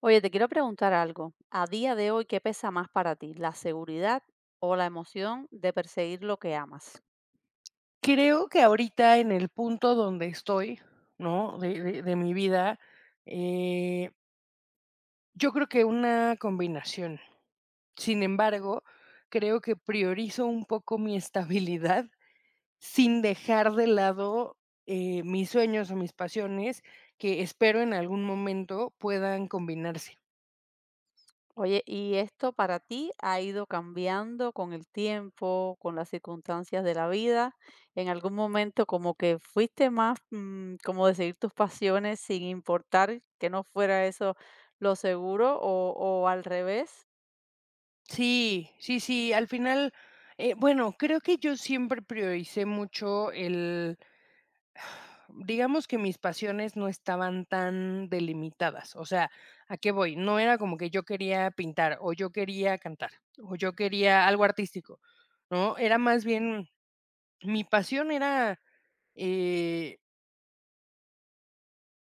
Oye, te quiero preguntar algo. A día de hoy, ¿qué pesa más para ti, la seguridad o la emoción de perseguir lo que amas? Creo que ahorita en el punto donde estoy, ¿no? De mi vida, eh, yo creo que una combinación. Sin embargo, creo que priorizo un poco mi estabilidad sin dejar de lado, mis sueños o mis pasiones que espero en algún momento puedan combinarse. Oye, ¿y esto para ti ha ido cambiando con el tiempo, con las circunstancias de la vida? ¿En algún momento como que fuiste más como de seguir tus pasiones sin importar que no fuera eso lo seguro o al revés? Sí, sí, sí, al final, bueno, creo que yo siempre prioricé mucho el Digamos que mis pasiones no estaban tan delimitadas, o sea, ¿a qué voy? No era como que yo quería pintar, o yo quería cantar, o yo quería algo artístico, ¿no? Era más bien, mi pasión era, eh,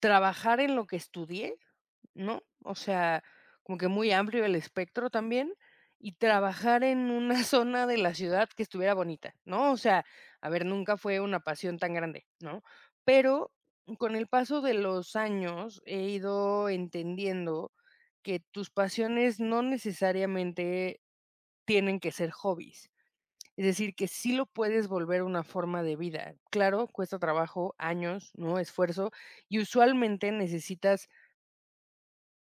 trabajar en lo que estudié, ¿no? O sea, como que muy amplio el espectro también y trabajar en una zona de la ciudad que estuviera bonita, ¿no? O sea, a ver, nunca fue una pasión tan grande, ¿no? Pero con el paso de los años he ido entendiendo que tus pasiones no necesariamente tienen que ser hobbies. Es decir, que sí lo puedes volver una forma de vida. Claro, cuesta trabajo, años, ¿no? Esfuerzo. Y usualmente necesitas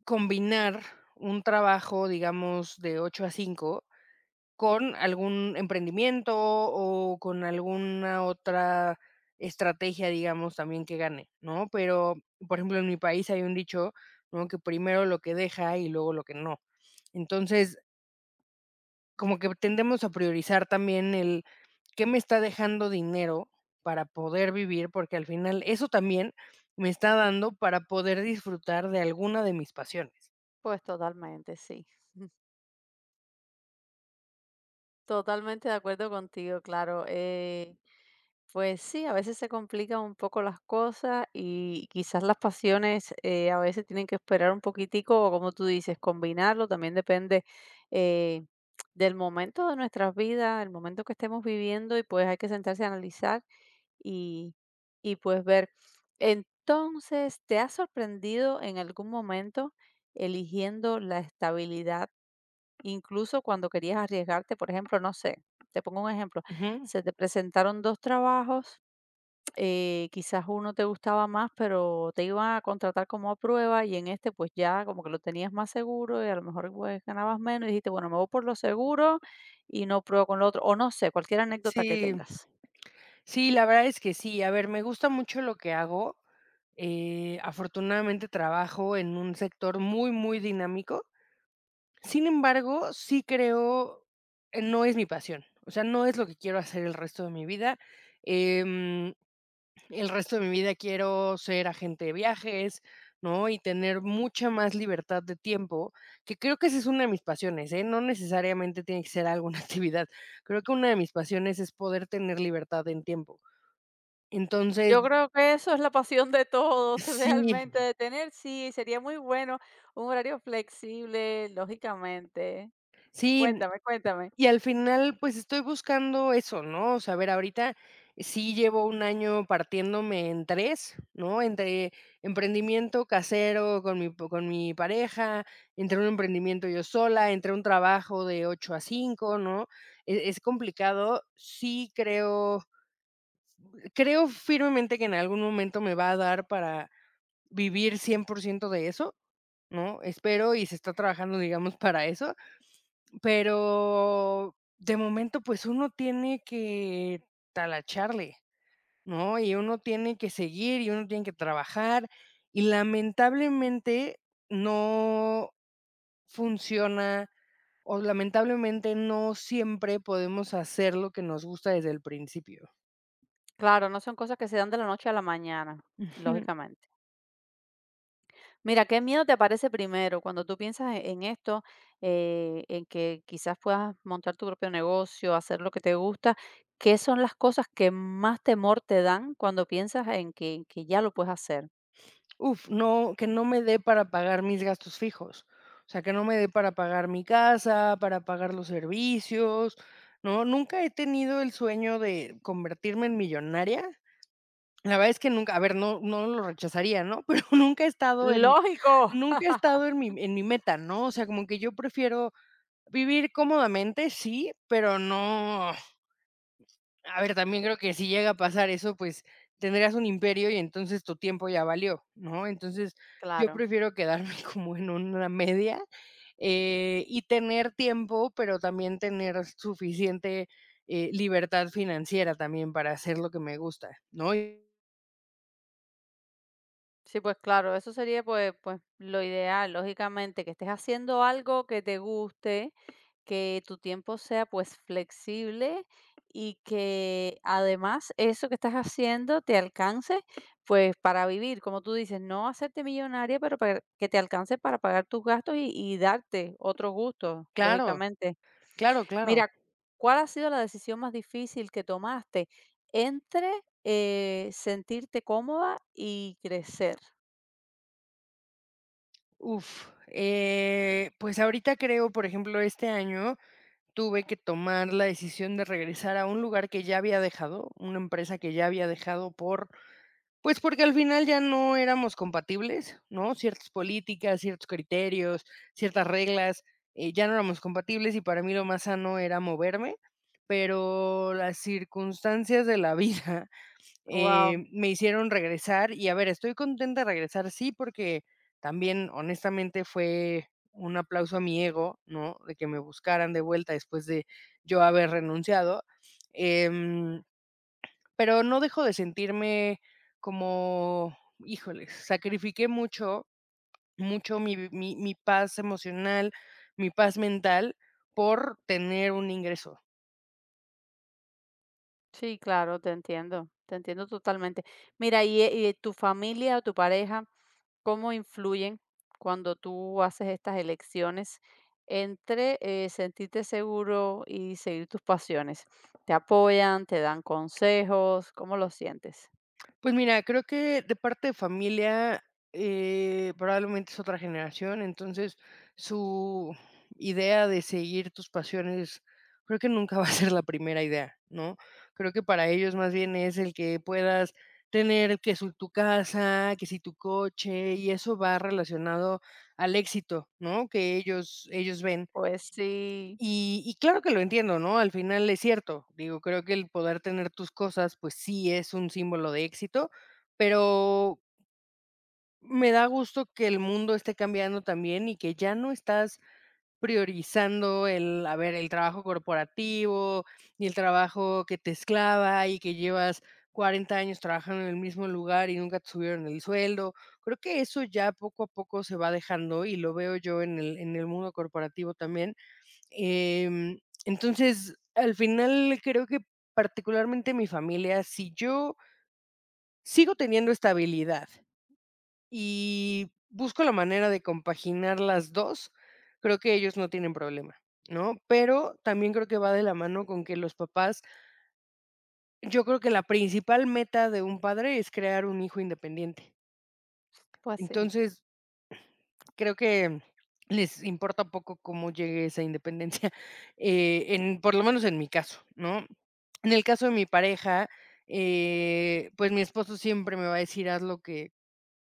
combinar un trabajo, digamos, de 8 a 5 con algún emprendimiento o con alguna otra estrategia, digamos, también que gane, ¿no? Pero, por ejemplo, en mi país hay un dicho, ¿no? Que primero lo que deja y luego lo que no. Entonces, como que tendemos a priorizar también el qué me está dejando dinero para poder vivir, porque al final eso también me está dando para poder disfrutar de alguna de mis pasiones. Pues totalmente, sí. Totalmente de acuerdo contigo, claro. Pues sí, a veces se complican un poco las cosas y quizás las pasiones a veces tienen que esperar un poquitico o como tú dices, combinarlo, también depende eh, del momento de nuestras vidas, el momento que estemos viviendo y pues hay que sentarse a analizar y, y pues ver. Entonces, ¿te has sorprendido en algún momento eligiendo la estabilidad, incluso cuando querías arriesgarte? Por ejemplo, no sé, te pongo un ejemplo, Ujú. se te presentaron dos trabajos, quizás uno te gustaba más, pero te iban a contratar como a prueba y en este pues ya como que lo tenías más seguro y a lo mejor pues ganabas menos y dijiste, bueno, me voy por lo seguro y no pruebo con lo otro, o no sé, cualquier anécdota que Sí, tengas. sí, la verdad es que sí. A ver, me gusta mucho lo que hago. Afortunadamente trabajo en un sector muy, muy dinámico. Sin embargo, sí creo, no es mi pasión. O sea, no es lo que quiero hacer el resto de mi vida. Em, el resto de mi vida quiero ser agente de viajes, ¿no? Y tener mucha más libertad de tiempo, que creo que esa es una de mis pasiones, ¿eh? No necesariamente tiene que ser alguna actividad. Creo que una de mis pasiones es poder tener libertad en tiempo. Entonces, Yo creo que eso es la pasión de todos, sí, realmente, de tener, sí, sería muy bueno un horario flexible, lógicamente. sí, Cuéntame, cuéntame. y al final, pues, estoy buscando eso, ¿no? O sea, a ver, ahorita sí llevo un año partiéndome en tres, ¿no? Entre emprendimiento casero con mi po con mi pareja, entre un emprendimiento yo sola, entre un trabajo de 8 a cinco, ¿no? Es complicado. Sí creo firmemente que en algún momento me va a dar para vivir 100% de eso, ¿no? Espero y se está trabajando, digamos, para eso. Pero de momento, pues uno tiene que talacharle, ¿no? Y uno tiene que seguir y uno tiene que trabajar y lamentablemente no funciona o lamentablemente no siempre podemos hacer lo que nos gusta desde el principio. Claro, no son cosas que se dan de la noche a la mañana, Ujú. lógicamente. Mira, ¿qué miedo te aparece primero cuando tú piensas en esto, en que quizás puedas montar tu propio negocio, hacer lo que te gusta? ¿Qué son las cosas que más temor te dan cuando piensas en que ya lo puedes hacer? Uf, no, que no me dé para pagar mis gastos fijos. O sea, que no me dé para pagar mi casa, para pagar los servicios, ¿no? Nunca he tenido el sueño de convertirme en millonaria. La verdad es que nunca, a ver, no, no lo rechazaría, ¿no? Pero nunca he estado en, Lógico. nunca he estado en mi meta, ¿no? O sea, como que yo prefiero vivir cómodamente, sí, pero no. A ver, también creo que si llega a pasar eso, pues tendrías un imperio y entonces tu tiempo ya valió, ¿no? Entonces, yo Claro. prefiero quedarme como en una media, y tener tiempo, pero también tener suficiente, libertad financiera también para hacer lo que me gusta, ¿no? Y Sí, pues claro, eso sería pues, pues lo ideal, lógicamente, que estés haciendo algo que te guste, que tu tiempo sea pues flexible y que además eso que estás haciendo te alcance pues para vivir, como tú dices, no hacerte millonaria, pero para que te alcance para pagar tus gastos y darte otros gustos, claro, lógicamente. claro, claro. Mira, ¿cuál ha sido la decisión más difícil que tomaste entre, sentirte cómoda y crecer? Uf, pues ahorita creo, por ejemplo, este año tuve que tomar la decisión de regresar a un lugar que ya había dejado, una empresa que ya había dejado por Pues, porque al final ya no éramos compatibles, ¿no? Ciertas políticas, ciertos criterios, ciertas reglas, ya no éramos compatibles y para mí lo más sano era moverme, pero las circunstancias de la vida, Wow, me hicieron regresar y, a ver, estoy contenta de regresar, sí, porque también honestamente fue un aplauso a mi ego, ¿no? De que me buscaran de vuelta después de yo haber renunciado, em pero no dejo de sentirme como, híjoles, sacrifiqué mucho, mucho mi paz emocional, mi paz mental por tener un ingreso. sí, claro, te entiendo totalmente. Mira, y tu familia o tu pareja, ¿cómo influyen cuando tú haces estas elecciones entre, sentirte seguro y seguir tus pasiones? ¿Te apoyan, te dan consejos? ¿Cómo lo sientes? Pues mira, creo que de parte de familia, probablemente es otra generación, entonces su idea de seguir tus pasiones, creo que nunca va a ser la primera idea, ¿no? Creo que para ellos más bien es el que puedas tener que su tu casa, que si tu coche, y eso va relacionado al éxito, ¿no? Que ellos ven. Pues sí, Y claro que lo entiendo, ¿no? Al final es cierto. Digo, creo que el poder tener tus cosas, pues sí es un símbolo de éxito, pero me da gusto que el mundo esté cambiando también y que ya no estás priorizando el, a ver, el trabajo corporativo y el trabajo que te esclava y que llevas 40 años trabajando en el mismo lugar y nunca te subieron el sueldo. Creo que eso ya poco a poco se va dejando y lo veo yo en el mundo corporativo también, Em, entonces, al final creo que particularmente mi familia, si yo sigo teniendo estabilidad y busco la manera de compaginar las 2, creo que ellos no tienen problema, ¿no? Pero también creo que va de la mano con que los papás yo creo que la principal meta de un padre es crear un hijo independiente. pues sí, Entonces, creo que les importa poco cómo llegue esa independencia, en por lo menos en mi caso, ¿no? En el caso de mi pareja, pues, mi esposo siempre me va a decir: "Haz lo que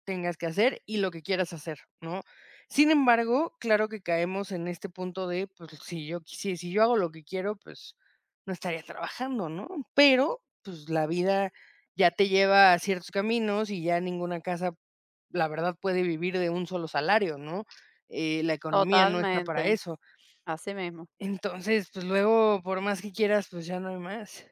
tengas que hacer y lo que quieras hacer", ¿no? Sin embargo, claro que caemos en este punto de, pues, si yo hago lo que quiero, pues, no estaría trabajando, ¿no? Pero, pues, la vida ya te lleva a ciertos caminos y ya ninguna casa la verdad puede vivir de un solo salario, ¿no? La economía no está para totalmente, eso. así mismo. Entonces, pues luego, por más que quieras, pues ya no hay más.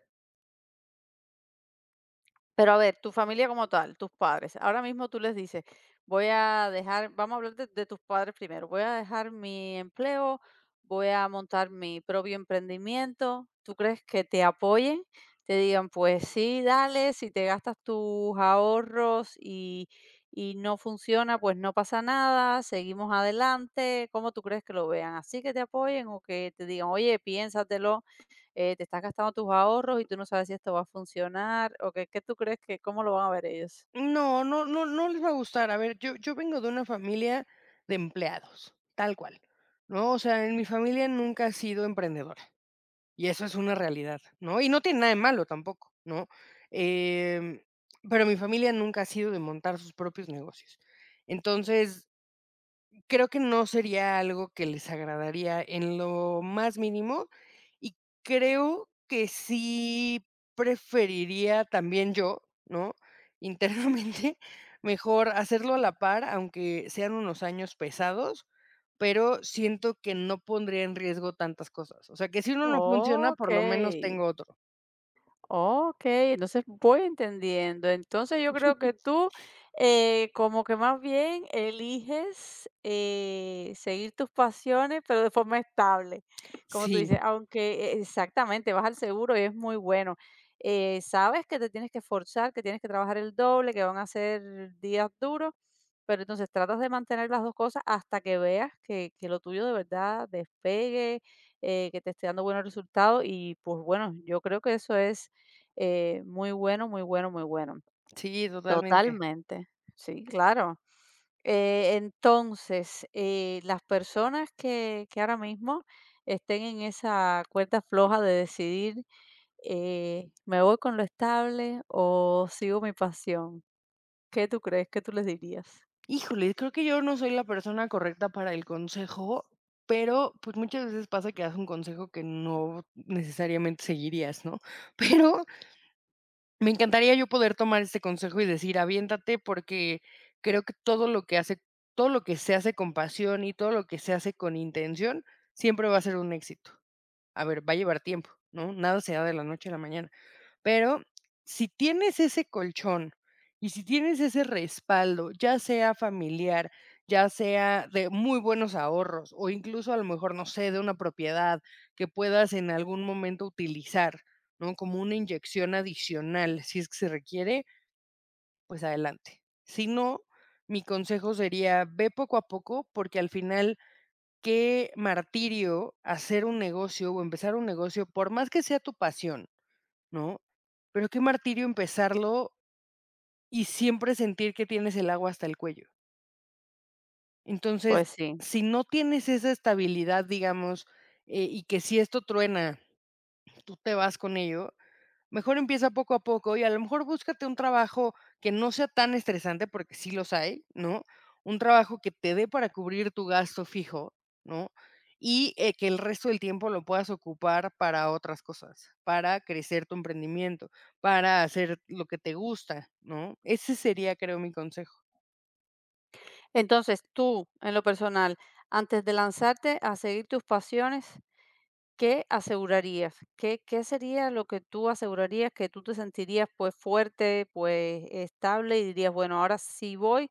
Pero a ver, tu familia como tal, tus padres, ahora mismo tú les dices, voy a dejar, vamos a hablar de tus padres primero, voy a dejar mi empleo, voy a montar mi propio emprendimiento, ¿tú crees que te apoyen? Te digan, pues sí, dale, si te gastas tus ahorros y no funciona, pues no pasa nada, seguimos adelante, ¿cómo tú crees que lo vean? ¿Así que te apoyen o que te digan, oye, piénsatelo? Te estás gastando tus ahorros y tú no sabes si esto va a funcionar, o qué, qué tú crees que, cómo lo van a ver ellos. No, no, no, no les va a gustar. A ver, yo vengo de una familia de empleados, tal cual, ¿no? O sea, en mi familia nunca ha sido emprendedora y eso es una realidad, ¿no? Y no tiene nada de malo tampoco, ¿no? Em, pero mi familia nunca ha sido de montar sus propios negocios. Entonces, creo que no sería algo que les agradaría en lo más mínimo, y creo que sí preferiría también yo, ¿no?, internamente, mejor hacerlo a la par, aunque sean unos años pesados, pero siento que no pondría en riesgo tantas cosas. O sea, que si uno no funciona, Ok. por lo menos tengo otro. Okey, entonces voy entendiendo. Entonces, yo creo que tú, como que más bien eliges, seguir tus pasiones, pero de forma estable, como tú Sí, dices, aunque exactamente, vas al seguro y es muy bueno. Sabes que te tienes que forzar, que tienes que trabajar el doble, que van a ser días duros, pero entonces tratas de mantener las 2 cosas hasta que veas que lo tuyo de verdad despegue, que te esté dando buenos resultados y, pues, bueno, yo creo que eso es muy bueno, muy bueno, muy bueno. sí, totalmente. Totalmente. Sí, claro. Entonces, las personas que ahora mismo estén en esa cuerda floja de decidir, ¿me voy con lo estable o sigo mi pasión? ¿Qué tú crees? ¿Qué tú les dirías? Híjole, creo que yo no soy la persona correcta para el consejo, pero, pues, muchas veces pasa que das un consejo que no necesariamente seguirías, ¿no? Pero me encantaría yo poder tomar este consejo y decir: "Aviéntate", porque creo que todo lo que hace todo lo que se hace con pasión y todo lo que se hace con intención siempre va a ser un éxito. A ver, va a llevar tiempo, ¿no? Nada se da de la noche a la mañana. Pero si tienes ese colchón y si tienes ese respaldo, ya sea familiar, ya sea de muy buenos ahorros o incluso a lo mejor, no sé, de una propiedad que puedas en algún momento utilizar, ¿no? Como una inyección adicional, si es que se requiere, pues adelante. Si no, mi consejo sería ve poco a poco porque al final qué martirio hacer un negocio o empezar un negocio, por más que sea tu pasión, ¿no? Pero qué martirio empezarlo y siempre sentir que tienes el agua hasta el cuello. Entonces, Pues sí. si no tienes esa estabilidad, digamos, y que si esto truena, tú te vas con ello, mejor empieza poco a poco y a lo mejor búscate un trabajo que no sea tan estresante, porque sí los hay, ¿no? Un trabajo que te dé para cubrir tu gasto fijo, ¿no? Y, que el resto del tiempo lo puedas ocupar para otras cosas, para crecer tu emprendimiento, para hacer lo que te gusta, ¿no? Ese sería, creo, mi consejo. Entonces, tú, en lo personal, antes de lanzarte a seguir tus pasiones, ¿qué asegurarías? ¿Qué, qué sería lo que tú asegurarías que tú te sentirías pues fuerte, pues estable y dirías, bueno, ahora sí voy,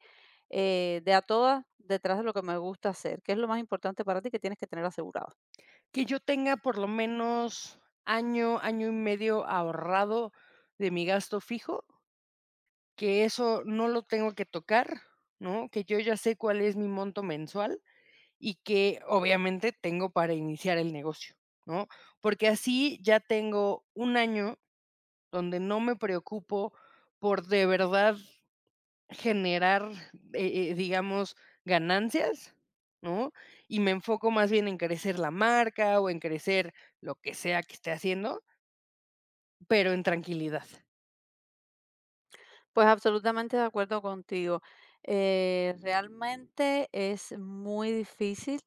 de a todas detrás de lo que me gusta hacer? ¿Qué es lo más importante para ti que tienes que tener asegurado? Que yo tenga por lo menos año, año y medio ahorrado de mi gasto fijo. Que eso no lo tengo que tocar, ¿no? Que yo ya sé cuál es mi monto mensual y que obviamente tengo para iniciar el negocio, ¿no? Porque así ya tengo un año donde no me preocupo por de verdad generar, digamos, ganancias, ¿no? Y me enfoco más bien en crecer la marca o en crecer lo que sea que esté haciendo, pero en tranquilidad. Pues absolutamente de acuerdo contigo. Realmente es muy difícil,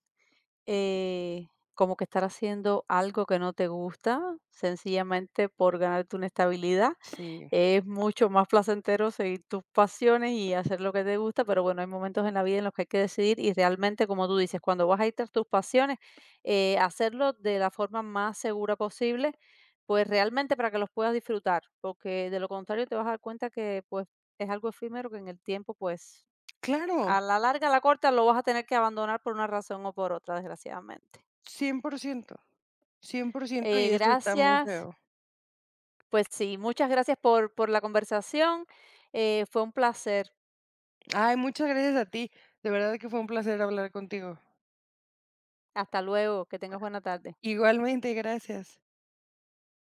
eh, como que estar haciendo algo que no te gusta, sencillamente por ganarte una estabilidad. Sí, Es mucho más placentero seguir tus pasiones y hacer lo que te gusta, pero bueno, hay momentos en la vida en los que hay que decidir y realmente, como tú dices, cuando vas a ir tras tus pasiones, hacerlo de la forma más segura posible, pues realmente para que los puedas disfrutar, porque de lo contrario te vas a dar cuenta que pues es algo efímero que en el tiempo, pues claro. a la larga, a la corta, lo vas a tener que abandonar por una razón o por otra, desgraciadamente. Cien por ciento, cien por ciento y eso está muy Gracias, feo. pues sí, muchas gracias por la conversación. Fue un placer. Ay, muchas gracias a ti. De verdad que fue un placer hablar contigo. Hasta luego, que tengas buena tarde. Igualmente, gracias.